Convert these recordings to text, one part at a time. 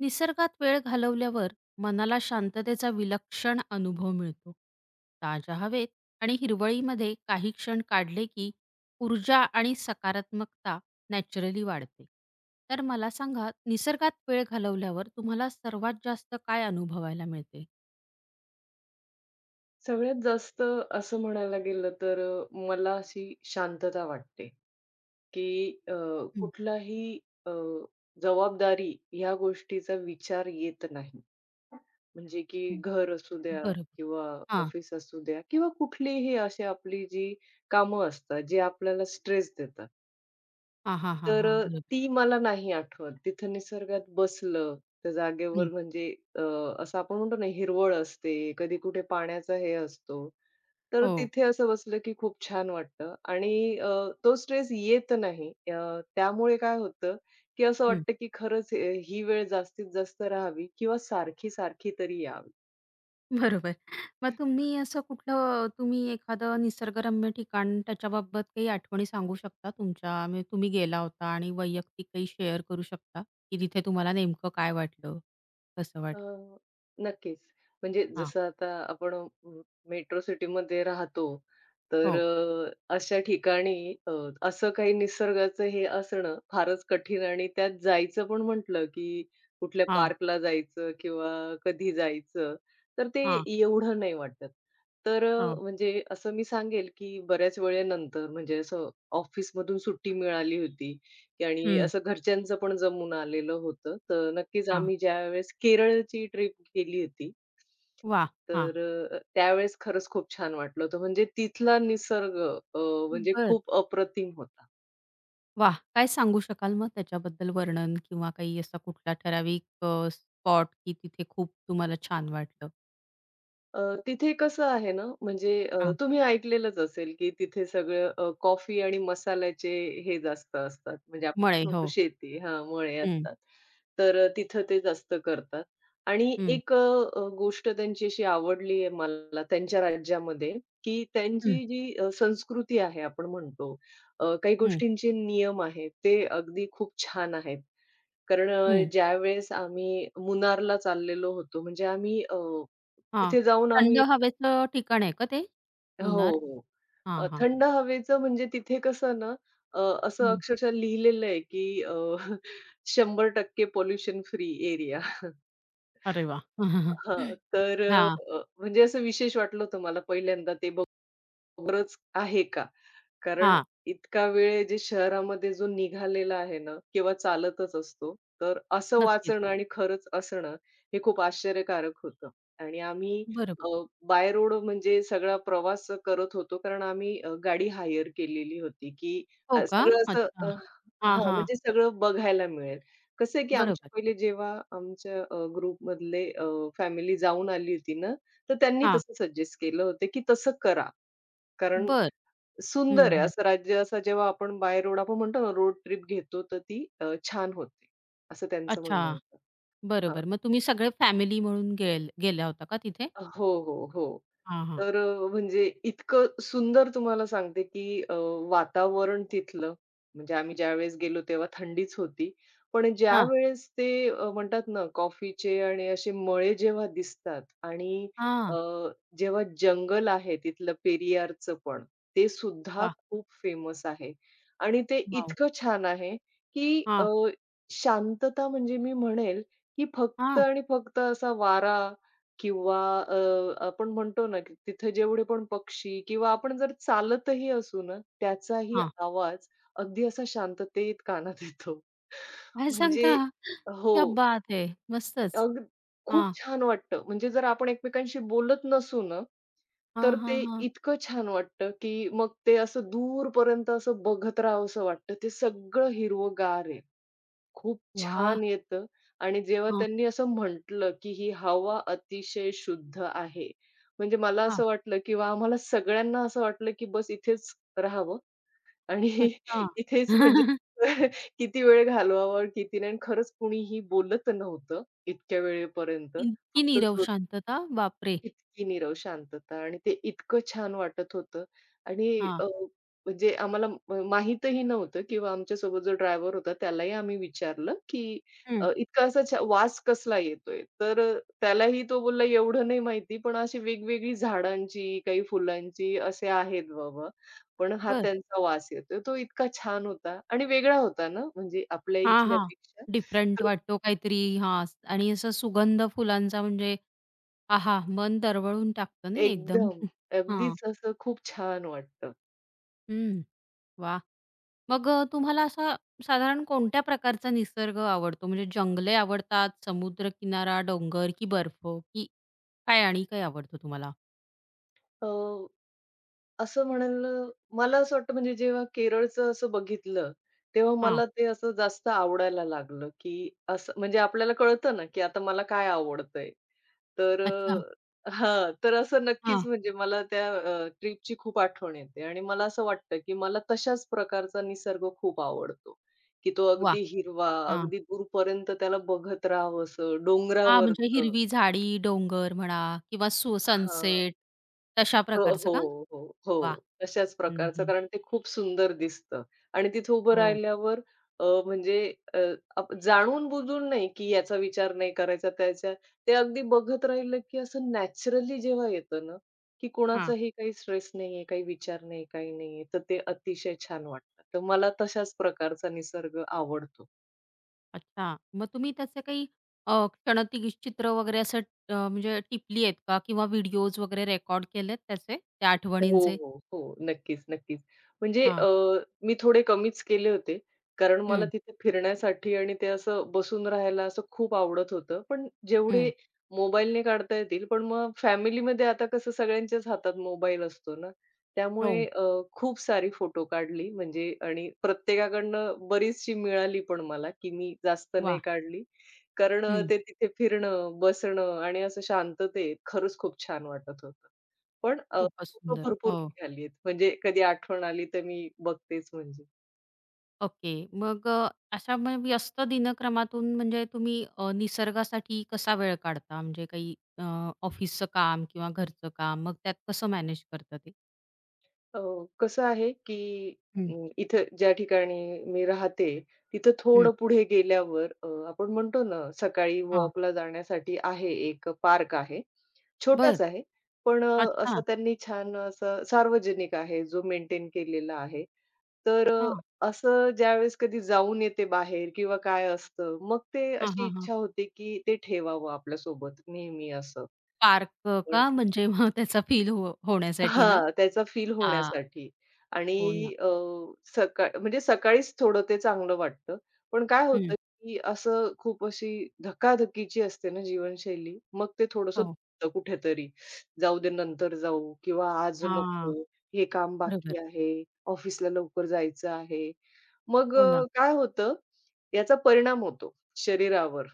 निसर्गात वेळ घालवल्यावर मनाला शांततेचा विलक्षण अनुभव मिळतो. ताज्या हवेत आणि हिरवळीमध्ये काही क्षण काढले की ऊर्जा आणि सकारात्मकता नॅचरली वाढते. तर मला सांगा, निसर्गात वेळ घालवल्यावर तुम्हाला सर्वात जास्त काय अनुभवायला मिळते? सगळ्यात जास्त असं म्हणायला गेलं तर मला अशी शांतता वाटते, की हं, कुठलाही अ, जबाबदारी ह्या गोष्टीचा विचार येत नाही. म्हणजे की हं. घर असू द्या बरोबर. किंवा हां. ऑफिस असू द्या किंवा कुठलीही अशी आपली जी कामं असतात, जे आपल्याला स्ट्रेस देतात. हां, हां, हां, तर हां. बरोबर. ती मला नाही आठवत. तिथं निसर्गात बसलं, त्या हं. जागेवर म्हणजे अ, असं आपण म्हणतो ना हिरवळ असते, कधी कुठे पाण्याचा हे असतो. तर हो. तिथे असं बसलं की खूप छान वाटतं आणि अ, तो स्ट्रेस येत नाही. त्यामुळे काय होतं, की असं वाटतं की खरंच हे ही वेळ जास्तीत जास्त राहावी किंवा सारखी-सारखी तरी यावी. बरोबर. मग तुम्ही असं कुठलं तुम्ही एखादं निसर्गरम्य ठिकाण त्याच्याबाबत काही आठवणी सांगू शकता तुमच्या? म्हणजे तुम्ही गेला होता आणि वैयक्तिक काही शेअर करू शकता, की तिथे तुम्हाला नेमकं काय वाटलं? कसं अ, वाटलं? नक्कीच. म्हणजे हां. जसं आता आपण मेट्रो सिटीमध्ये राहतो, तर हो. अशा ठिकाणी अ, असं काही निसर्गाचं हे असणं फारच कठीण आणि त्यात जायचं पण म्हटलं, की कुठल्या हां, पार्कला जायचं किंवा कधी जायचं, तर ते हां, एवढं नाही वाटत. तर हो. म्हणजे असं मी सांगेल, की बऱ्याच वेळेनंतर म्हणजे असं ऑफिसमधून सुट्टी मिळाली होती की आणि हं. असं घरच्यांचं पण जमून आलेलं होतं. तर नक्कीच हां. आम्ही ज्यावेळेस केरळची ट्रिप केली होती. वाह! हां. तर त्यावेळेस खरंच खूप छान वाटलं होतं. म्हणजे तिथला निसर्ग अ, म्हणजे बरं. खूप अप्रतिम होता. वाह! काय सांगू शकाल मग त्याच्याबद्दल वर्णन किंवा काही असा कुठला ठराविक स्पॉट की तिथे खूप तुम्हाला छान वाटलं? अ, तिथे कसं आहे ना, म्हणजे हां. तुम्ही ऐकलेलंच असेल, की तिथे सगळं कॉफी आणि मसाल्याचे हे जास्त असतात. म्हणजे आपण मळे. कसं हो. म्हणतो शेती हां, मळे हं, असतात. तर तिथं ते जास्त करतात. आणि हं, एक अ, अ, गोष्ट त्यांची अशी आवडली आहे मला त्यांच्या राज्यामध्ये, की हं, त्यांची जी संस्कृती आहे आपण म्हणतो, काही हं, गोष्टींचे नियम आहेत, ते अगदी खूप छान आहेत. कारण हं. ज्यावेळेस आम्ही मुन्नारला चाललेलो होतो, म्हणजे आम्ही हां. तिथे जाऊन थंड आम्ही हवेचं ठिकाण आहे का ते? हो, मुन्नार? हो. हां, हां. थंड हवेचं म्हणजे तिथे कसं ना अ, असं हं. अक्षरशः लिहिलेलं आहे, की 100% पोल्युशन फ्री एरिया. अरे वाह! हां, तर हां, म्हणजे असं विशेष वाटलं होतं मला पहिल्यांदा ते बघ खरंच आहे का? कारण हां. इतका वेळ जे शहरामध्ये जो निघालेला आहे ना किंवा चालतच असतो, तर असं नक्कीच. वाचणं आणि खरंच असणं हे खूप आश्चर्यकारक होतं. आणि आम्ही बरोबर. अ, बाय रोड म्हणजे सगळा प्रवास करत होतो कारण आम्ही गाडी हायर केलेली होती, की हो का? सगळं असं अच्छा. हां, हां, हां. म्हणजे सगळं बघायला मिळेल. कसं आहे, की आमच्या बरोबर. पहिले जेव्हा आमच्या ग्रुपमधले फॅमिली जाऊन आली होती ना, तर त्यांनी हां. तसं सजेस्ट केलं होतं, की तसं करा. कारण बरं. हं, सुंदर आहे हं. असं राज्य असं जेव्हा आपण बाय रोड आपण म्हणतो ना रोड ट्रिप घेतो तर ती छान होते, असं त्यांचं अच्छा. म्हणणं होतं. बरोबर. मग तुम्ही सगळे फॅमिली म्हणून गेला होता का तिथे? हो, हो, हो. हां, हां. तर म्हणजे इतकं सुंदर तुम्हाला सांगते, की वातावरण तिथलं, म्हणजे आम्ही ज्यावेळेस गेलो तेव्हा थंडीच होती. पण हां. ज्यावेळेस ते म्हणतात ना कॉफीचे आणि असे मळे जेव्हा दिसतात आणि हां. अ, जेव्हा जंगल आहे तिथलं पेरियारचं पण, ते सुद्धा वाह! खूप फेमस आहे. आणि ते वॉव! इतकं छान आहे, की हां, शांतता म्हणजे मी म्हणेल, की फक्त हां, आणि फक्त असा वारा किंवा आपण म्हणतो ना, की तिथे जेवढे पण पक्षी किंवा आपण जर चालतही असू ना, त्याचाही हां. आवाज अगदी असा शांततेत कानात येतो. काय म्हणजे सांगता? क्या हो. बात है! मस्तच. अग खूप हां. छान वाटतं. म्हणजे जर आपण एकमेकांशी बोलत नसू ना, हां, तर हां, ते हां. इतकं छान वाटतं, की मग ते असं दूरपर्यंत असं बघत राहावसं वाटतं. ते सगळं हिरवंगार आहे. खूप वाह! छान येतं आणि जेव्हा हां, त्यांनी असं म्हटलं, की "ही हवा अतिशय शुद्ध आहे." म्हणजे मला हां. असं वाटलं, की वाह! आम्हाला सगळ्यांना असं वाटलं, की बस इथेच राहावं आणि अच्छा. इथेच म्हणजे किती वेळ घालवावा, किती नाही आणि खरंच कुणीही बोलत नव्हतं इतक्या वेळेपर्यंत. इतकी फक्त नीरव शांतता? बापरे! इतकी नीरव शांतता आणि ते इतकं छान वाटत होतं आणि हां. अ, म्हणजे आम्हाला माहीतही नव्हतं किंवा आमच्यासोबत जो ड्रायव्हर होता त्यालाही आम्ही विचारलं, की हं. इतका असा छा वास कसला येतोय? तर त्यालाही तो बोलला, "एवढं नाही माहिती, पण अशी वेगवेगळी झाडांची, काही फुलांची असे आहेत बाबा, पण हा बरं. त्यांचा वास येतोय." तो इतका छान होता आणि वेगळा होता ना, म्हणजे आपल्या हां, हां. इथल्यापेक्षा. डिफरंट तर वाटतो काहीतरी हां आणि असा सुगंध फुलांचा म्हणजे आहा! मन दरवळून टाकतं नाही एकदम. एकदम. हां. अगदीच असं खूप छान वाटतं. हं. वाह! मग तुम्हाला असा साधारण कोणत्या प्रकारचा निसर्ग आवडतो? म्हणजे जंगले आवडतात, समुद्रकिनारा, डोंगर की बर्फ की काय आणि काय आवडतं तुम्हाला? असं म्हणाल मला असं वाटतं म्हणजे जेव्हा केरळचं असं बघितलं, तेव्हा हां. मला ते असं जास्त आवडायला लागलं, की असं म्हणजे आपल्याला कळतं ना, की आता मला काय आवडतंय. तर अच्छा. हां, तर असं हां. नक्कीच म्हणजे मला त्या ट्रिपची खूप आठवण येते आणि मला असं वाटतं, की मला तशाच प्रकारचा निसर्ग खूप आवडतो, की तो वाह! अगदी हिरवा, अगदी दूरपर्यंत त्याला बघत राहावसं, हां, म्हणजे डोंगरावरचं हिरवी झाडी, डोंगर म्हणा किंवा हां. सनसेट तशा हो, प्रकारचं का? हो, हो, वाह! हो. तशाच हं, प्रकारचं हं. कारण ते खूप सुंदर दिसतं आणि तिथे उभं हो. राहिल्यावर म्हणजे अ, आप जाणून-बुजून नाही, की याचा विचार नाही करायचा त्याचा. ते अगदी बघत राहिलं, की असं नॅचरली जेव्हा येतं ना, की हां. कोणाचाही काही स्ट्रेस नाहीये, काही विचार नाही, काही नाहीये, तर ते अतिशय छान वाटतं. तर मला तशाच प्रकारचा निसर्ग आवडतो. अच्छा. मग तुम्ही त्याचे काही क्षणचित्र वगैरे असं म्हणजे टिपली आहेत का किंवा व्हिडिओज वगैरे रेकॉर्ड केलेत त्याचे, त्या हो, आठवणींचे? हो, हो. नक्कीच, नक्कीच. म्हणजे हां. मी थोडे कमीच केले होते. कारण मला हं, तिथे फिरण्यासाठी आणि ते असं बसून राहायला असं खूप आवडत होतं. पण हं. जेवढे मोबाईलने काढता येतील, पण मग फॅमिलीमध्ये आता कसं सगळ्यांच्याच हातात मोबाईल असतो ना. हो. त्यामुळे खूप सारी फोटो काढली म्हणजे आणि प्रत्येकाकडनं बरीचशी मिळाली पण मला, की मी जास्त नाही वाह! काढली. कारण हं. ते तिथे फिरणं, बसणं आणि असं शांततेत खरंच खूप छान वाटत होतं. पण खूपच फोटो सुंदर. भरपूर हो. निघालीत. म्हणजे कधी आठवण आली तर मी बघतेच म्हणजे. ओके. मग अशा मग व्यस्त दिनक्रमातून म्हणजे तुम्ही निसर्गासाठी कसा वेळ काढता? म्हणजे काही ऑफिसचं काम किंवा घरचं काम मग त्यात कसं मॅनेज करता ते? अ, कसं आहे, की हं, इथं ज्या ठिकाणी मी राहते, तिथं हं. थोडं पुढे गेल्यावर आपण म्हणतो ना, सकाळी हां. वॉकला जाण्यासाठी आहे एक पार्क आहे. बरं. छोटाच आहे, पण अच्छा. असं त्यांनी छान असं सार्वजनिक आहे, जो मेंटेन केलेला आहे. तर हां. असं ज्यावेळेस कधी जाऊन येते बाहेर किंवा काय असतं, मग ते हां, अशी हां, हां. इच्छा होते, की ते ठेवावं आपल्यासोबत नेहमी असं. पार्क का? म्हणजे मग त्याचा फील होण्यासाठी ना? हां, त्याचा फील हां. होण्यासाठी हो ना. आणि म्हणजे सकाळीच थोडं ते चांगलं वाटतं. पण काय हं. होतं, की असं खूप अशी धकाधकीची असते ना जीवनशैली, मग ते थोडंसं हो. दुखतं कुठेतरी. जाऊ दे नंतर जाऊ किंवा आज हां. नको, हे काम बरोबर. बाकी आहे, ऑफिसला लवकर जायचं आहे. मग हो ना. काय होतं, याचा परिणाम होतो शरीरावर.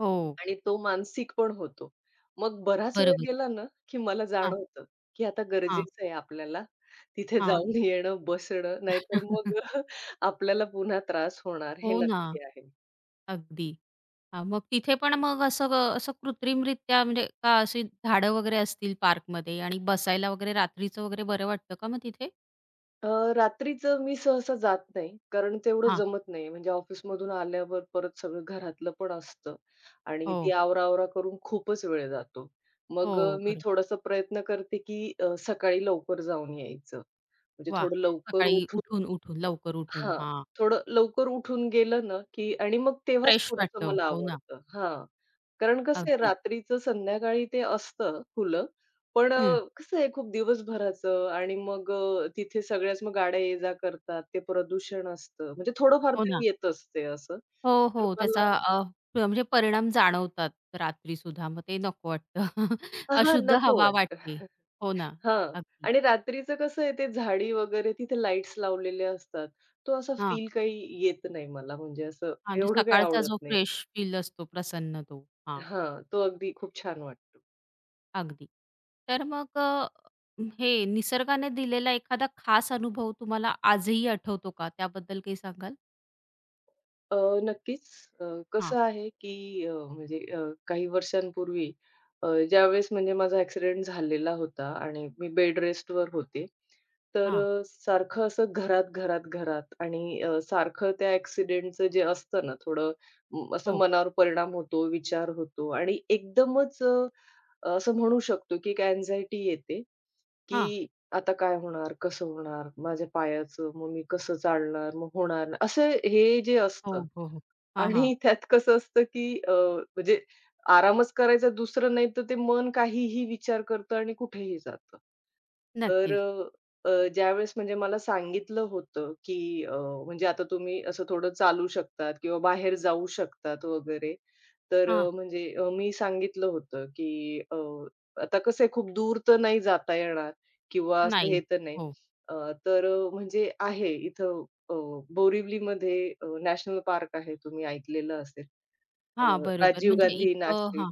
हो. आणि तो मानसिक पण होतो. मग बराच वेळ बरोबर. गेला ना, की मला हां, जाणवतं, की आता हां, गरजेचं आहे आपल्याला तिथे हां. जाऊन येणं, बसणं, नाहीतर मग आपल्याला पुन्हा त्रास होणार हे हो ना. नक्की आहे. अगदी. हां, मग तिथे पण मग असं असं कृत्रिमरित्या म्हणजे का अशी झाडं वगैरे असतील पार्कमध्ये आणि बसायला वगैरे रात्रीचं वगैरे बरं वाटतं का मग तिथे? अ, रात्रीचं मी सहसा जात नाही, कारण तेवढं हां. जमत नाही. म्हणजे ऑफिसमधून आल्यावर परत सगळं घरातलं पण असतं आणि हो, ती आवरा करून खूपच वेळ जातो. मग हो. मी बरोबर. थोडासा प्रयत्न करते, की सकाळी लवकर जाऊन यायचं. म्हणजे वाह! थोडं लवकर सकाळी उठून उठून लवकर उठून हां, हां. थोडं लवकर उठून गेलं ना, की आणि मग तेव्हाच फ्रेश थोडंसं वाटतं. मला हो ना. आवडतं. हां, कारण कसं आहे अगदी. रात्रीचं संध्याकाळी ते असतं खुलं. पण हं. कसं आहे खूप दिवसभराचं आणि मग तिथे सगळ्याच मग गाड्या ये-जा करतात. ते प्रदूषण असतं. म्हणजे थोडंफार हो ना. तरी येतच ते असं. हो, तर हो. मला त्याचा म्हणजे परिणाम जाणवतात रात्रीसुद्धा. मग ते नको वाटतं. हां, अशुद्ध नको हवा वाटते. वाटतं. हो ना. हां अगदी. आणि रात्रीचं कसं आहे ते झाडी वगैरे तिथे लाईट्स लावलेले असतात. तो असा हां, हां. फील काही येत नाही मला म्हणजे असं म्हणजे एवढं काही सकाळचा आवडत जो नाही. फ्रेश फील असतो, प्रसन्न तो. हां. हां, तो अगदी खूप छान वाटतो. अगदी. तर मग हे निसर्गाने दिलेला एखादा खास अनुभव तुम्हाला आजही आठवतो का? त्याबद्दल काही सांगाल? अ, नक्कीच अ, हां. कसं आहे, की म्हणजे काही वर्षांपूर्वी ज्यावेळेस म्हणजे माझा ॲक्सिडेंट झालेला होता आणि मी बेड रेस्टवर होते. तर हां. सारखं असं घरात, घरात, घरात आणि सारखं त्या ॲक्सिडेंटचं जे असतं ना, थोडं असं हो. मनावर परिणाम होतो, विचार होतो आणि एकदमच असं म्हणू शकतो की एक अँक्झायटी येते, हां. की आता काय होणार? कसं होणार? माझ्या पायाचं, मग मी कसं चालणार? मग होणार नाही. असं हे जे हो, असतं हो, हो. हां, हां. आणि त्यात कसं असतं की म्हणजे आरामच करायचा दुसरं नाही तर ते मन काहीही विचार करतं आणि कुठेही जातं. तर नक्कीच. अ, अ, ज्यावेळेस म्हणजे मला सांगितलं होतं की अ, म्हणजे आता तुम्ही असं थोडं चालू शकतात किंवा बाहेर जाऊ शकतात वगैरे. तर हां. म्हणजे मी सांगितलं होतं, की आता कसं आहे खूप दूर तर नाही जाता येणार किंवा असं नाही. हे तर नाही. हो. अ, तर म्हणजे आहे इथं अ, बोरिवलीमध्ये नॅशनल पार्क आहे तुम्ही ऐकलेलं असेल. हां, अ, बरोबर. राजीव म्हणजे गांधी इतकं राष्ट्रीय हां.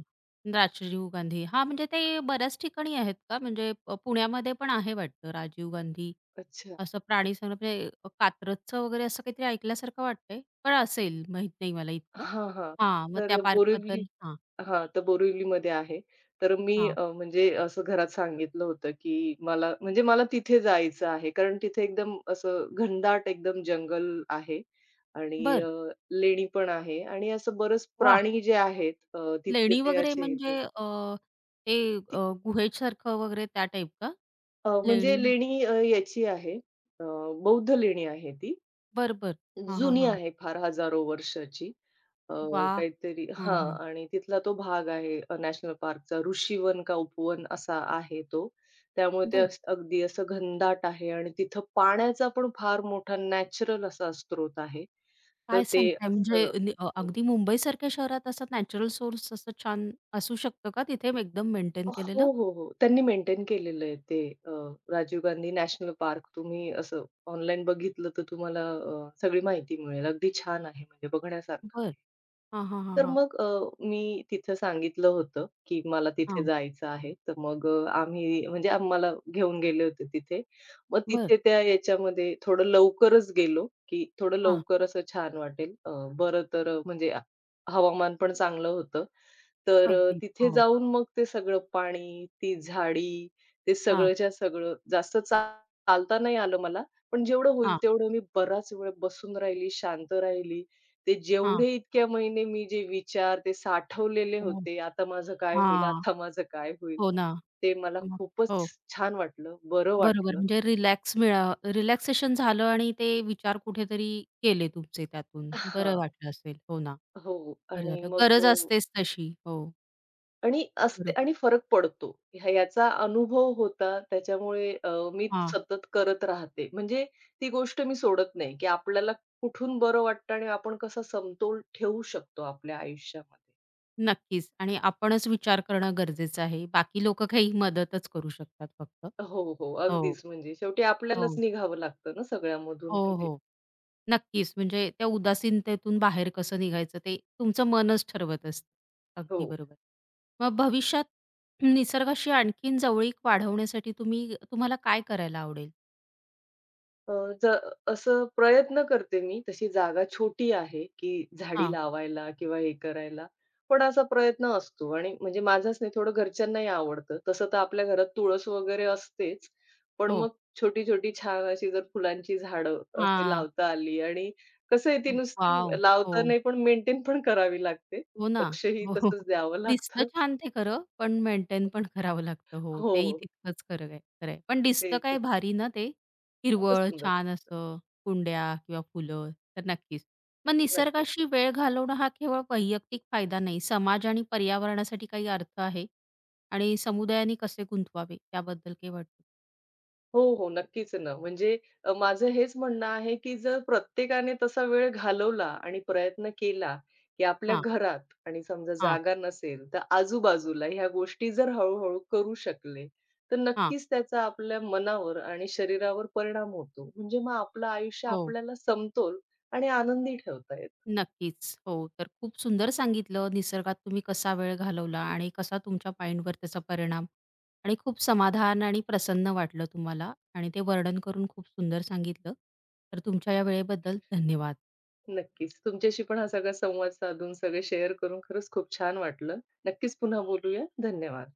राजीव गांधी. हां, म्हणजे ते बऱ्याच ठिकाणी आहेत का? म्हणजे पुण्यामध्ये पण आहे वाटतं राजीव गांधी अच्छा. असं प्राणी संग्रह म्हणजे कात्रजचं वगैरे असं काहीतरी ऐकल्यासारखं वाटतंय, पण असेल माहीत नाही मला इतकं. हां, हां. हां, मग तर त्या बोरिवली पार्कबद्दल हां, हां, तर बोरिवलीमध्ये आहे. तर मी हां. म्हणजे असं घरात सांगितलं होतं, की मला म्हणजे मला तिथे जायचं आहे. कारण तिथे एकदम असं घनदाट एकदम जंगल आहे आणि बरं. लेणी पण आहे आणि असं बरेच वाह! प्राणी जे आहेत तिथे लेणी ते वगैरे असे म्हणजे ते ती गुहेसारखं वगैरे त्या टाईप का? म्हणजे लेणी म्हण लेणी याची आहे, अ, बौद्ध लेणी आहे ती. बरं, बरं. हां, हां, जुनी हां. आहे फार हजारो वर्षाची. अ, वाह! काहीतरी हं, हां हं. आणि तिथला तो भाग आहे नॅशनल पार्कचा ऋषीवन का उपवन असा आहे तो. त्यामुळे ते बरं. असं अगदी असं घनदाट आहे आणि तिथं पाण्याचा पण फार मोठा नॅचरल असा स्रोत आहे. तर काय ते सांगताय म्हणजे असं हो. अगदी मुंबईसारख्या शहरात असा नॅचरल सोर्स असं छान असू शकतं का तिथे एकदम मेंटेन हो, केलेलं? हो, हो. त्यांनी मेंटेन केलेलं आहे ते राजीव गांधी नॅशनल पार्क. तुम्ही असं ऑनलाईन बघितलं तर तुम्हाला सगळी माहिती मिळेल. अगदी छान आहे म्हणजे बघण्यासारखं. बरं. हां, हां, हां, तर हां. मग मी तिथं सांगितलं होतं, की मला तिथे हां. जायचं आहे. तर मग आम्ही म्हणजे आम्हाला घेऊन गेले होते तिथे. मग बरं. तिथे त्या याच्यामध्ये थोडं लवकरच गेलो, की थोडं हां. लवकर असं छान वाटेल. बरं तर म्हणजे हवामान पण चांगलं होतं. तर अगदी. तिथे हो. जाऊन मग ते सगळं पाणी, ती झाडी, ते हां, सगळंच्या सगळं जास्त चालता नाही आलं मला. पण जेवढं होईल हां, तेवढं मी बराच वेळ बसून राहिली, शांत राहिली. ते हां. जेवढे इतक्या महिने मी जे विचार ते साठवलेले हो. होते, आता माझं काय होईल? हां. आता माझं काय होईल? हो ना. ते मला मग खूपच हो. छान वाटलं, बरं बरोबर. वाटलं. म्हणजे रिलॅक्सेशन झालं आणि ते विचार कुठेतरी गेले तुमचे त्यातून. बरं हां. वाटलं असेल. हो ना. हो. बरं आणि झालं. मग गरज असतेच तशी. हो. आणि असते बरोबर. आणि फरक पडतो. ह्या याचा अनुभव होता त्याच्यामुळे मी हां. सतत करत राहते. म्हणजे ती गोष्ट मी सोडत नाही, की आपल्याला कुठून बरं वाटतं आणि आपण कसा समतोल ठेवू शकतो आपल्या आयुष्यामध्ये. नक्कीच आणि आपणच विचार करणं गरजेचं आहे. बाकी लोकं काही मदतच करू शकतात फक्त. हो, हो. हो, अगदीच म्हणजे शेवटी आपल्यालाच हो. निघावं लागतं ना सगळ्यामधून हो, म्हणजे हो. नक्कीच. म्हणजे त्या उदासीनतेतून बाहेर कसं निघायचं ते तुमचं मनच ठरवत असतं. अगदी हो. बरोबर. मग भविष्यात निसर्गाशी आणखीन जवळीक वाढवण्यासाठी तुम्ही तुम्हाला काय करायला आवडेल? अ, ज असं प्रयत्न करते मी. तशी जागा छोटी आहे, की झाडी हां. लावायला किंवा हे करायला. पण असा प्रयत्न असतो आणि म्हणजे माझाच नाही, थोडं घरच्यांनाही आवडतं. तसं तर आपल्या घरात तुळस वगैरे असतेच. पण हो. मग छोटी-छोटी छान अशी जर फुलांची झाडं असे हां. लावता आली आणि कसं आहे ती नुसती वॉव! लावता हो. नाही, पण मेंटेन पण करावी लागते. हो ना. लक्षही हो. हो. तसंच द्यावं दिसतं लागतं. छान ते खरं, पण मेंटेन पण करावं लागतं. हो, तेही हो, तितकंच खरं आहे खरं आहे. पण दिसतं तेच काय ना. भारी ना ते, खूपच हिरवळ सुंदर. छान असं, कुंड्या किंवा फुलं, तर नक्कीच. मग नक्की. निसर्गाशी वेळ घालवणं हा केवळ वैयक्तिक फायदा नाही, समाज आणि पर्यावरणासाठी काही अर्थ आहे? आणि समुदायाने कसे गुंतवावे, त्याबद्दल काही वाटतं? हो, हो. नक्कीच ना. म्हणजे माझं हेच म्हणणं आहे, की जर प्रत्येकाने तसा वेळ घालवला आणि प्रयत्न केला, की आपल्या हां, घरात आणि समजा हां, जागा नसेल, तर आजूबाजूला ह्या गोष्टी जर हळू-हळू करू शकले, तर हां. नक्कीच त्याचा आपल्या मनावर आणि शरीरावर परिणाम होतो. म्हणजे मग आपलं आयुष्य हो. आपल्याला समतोल आणि आनंदी ठेवता येतं. नक्कीच. हो. तर खूप सुंदर सांगितलं निसर्गात तुम्ही कसा वेळ घालवला आणि कसा तुमच्या माइंडवर त्याचा परिणाम आणि खूप समाधान आणि प्रसन्न वाटलं तुम्हाला आणि ते वर्णन करून खूप सुंदर सांगितलं. तर तुमच्या या वेळेबद्दल धन्यवाद. नक्कीच. तुमच्याशी पण हा सगळा संवाद साधून, सगळे शेअर करून खरंच खूप छान वाटलं. नक्कीच पुन्हा बोलूया. धन्यवाद.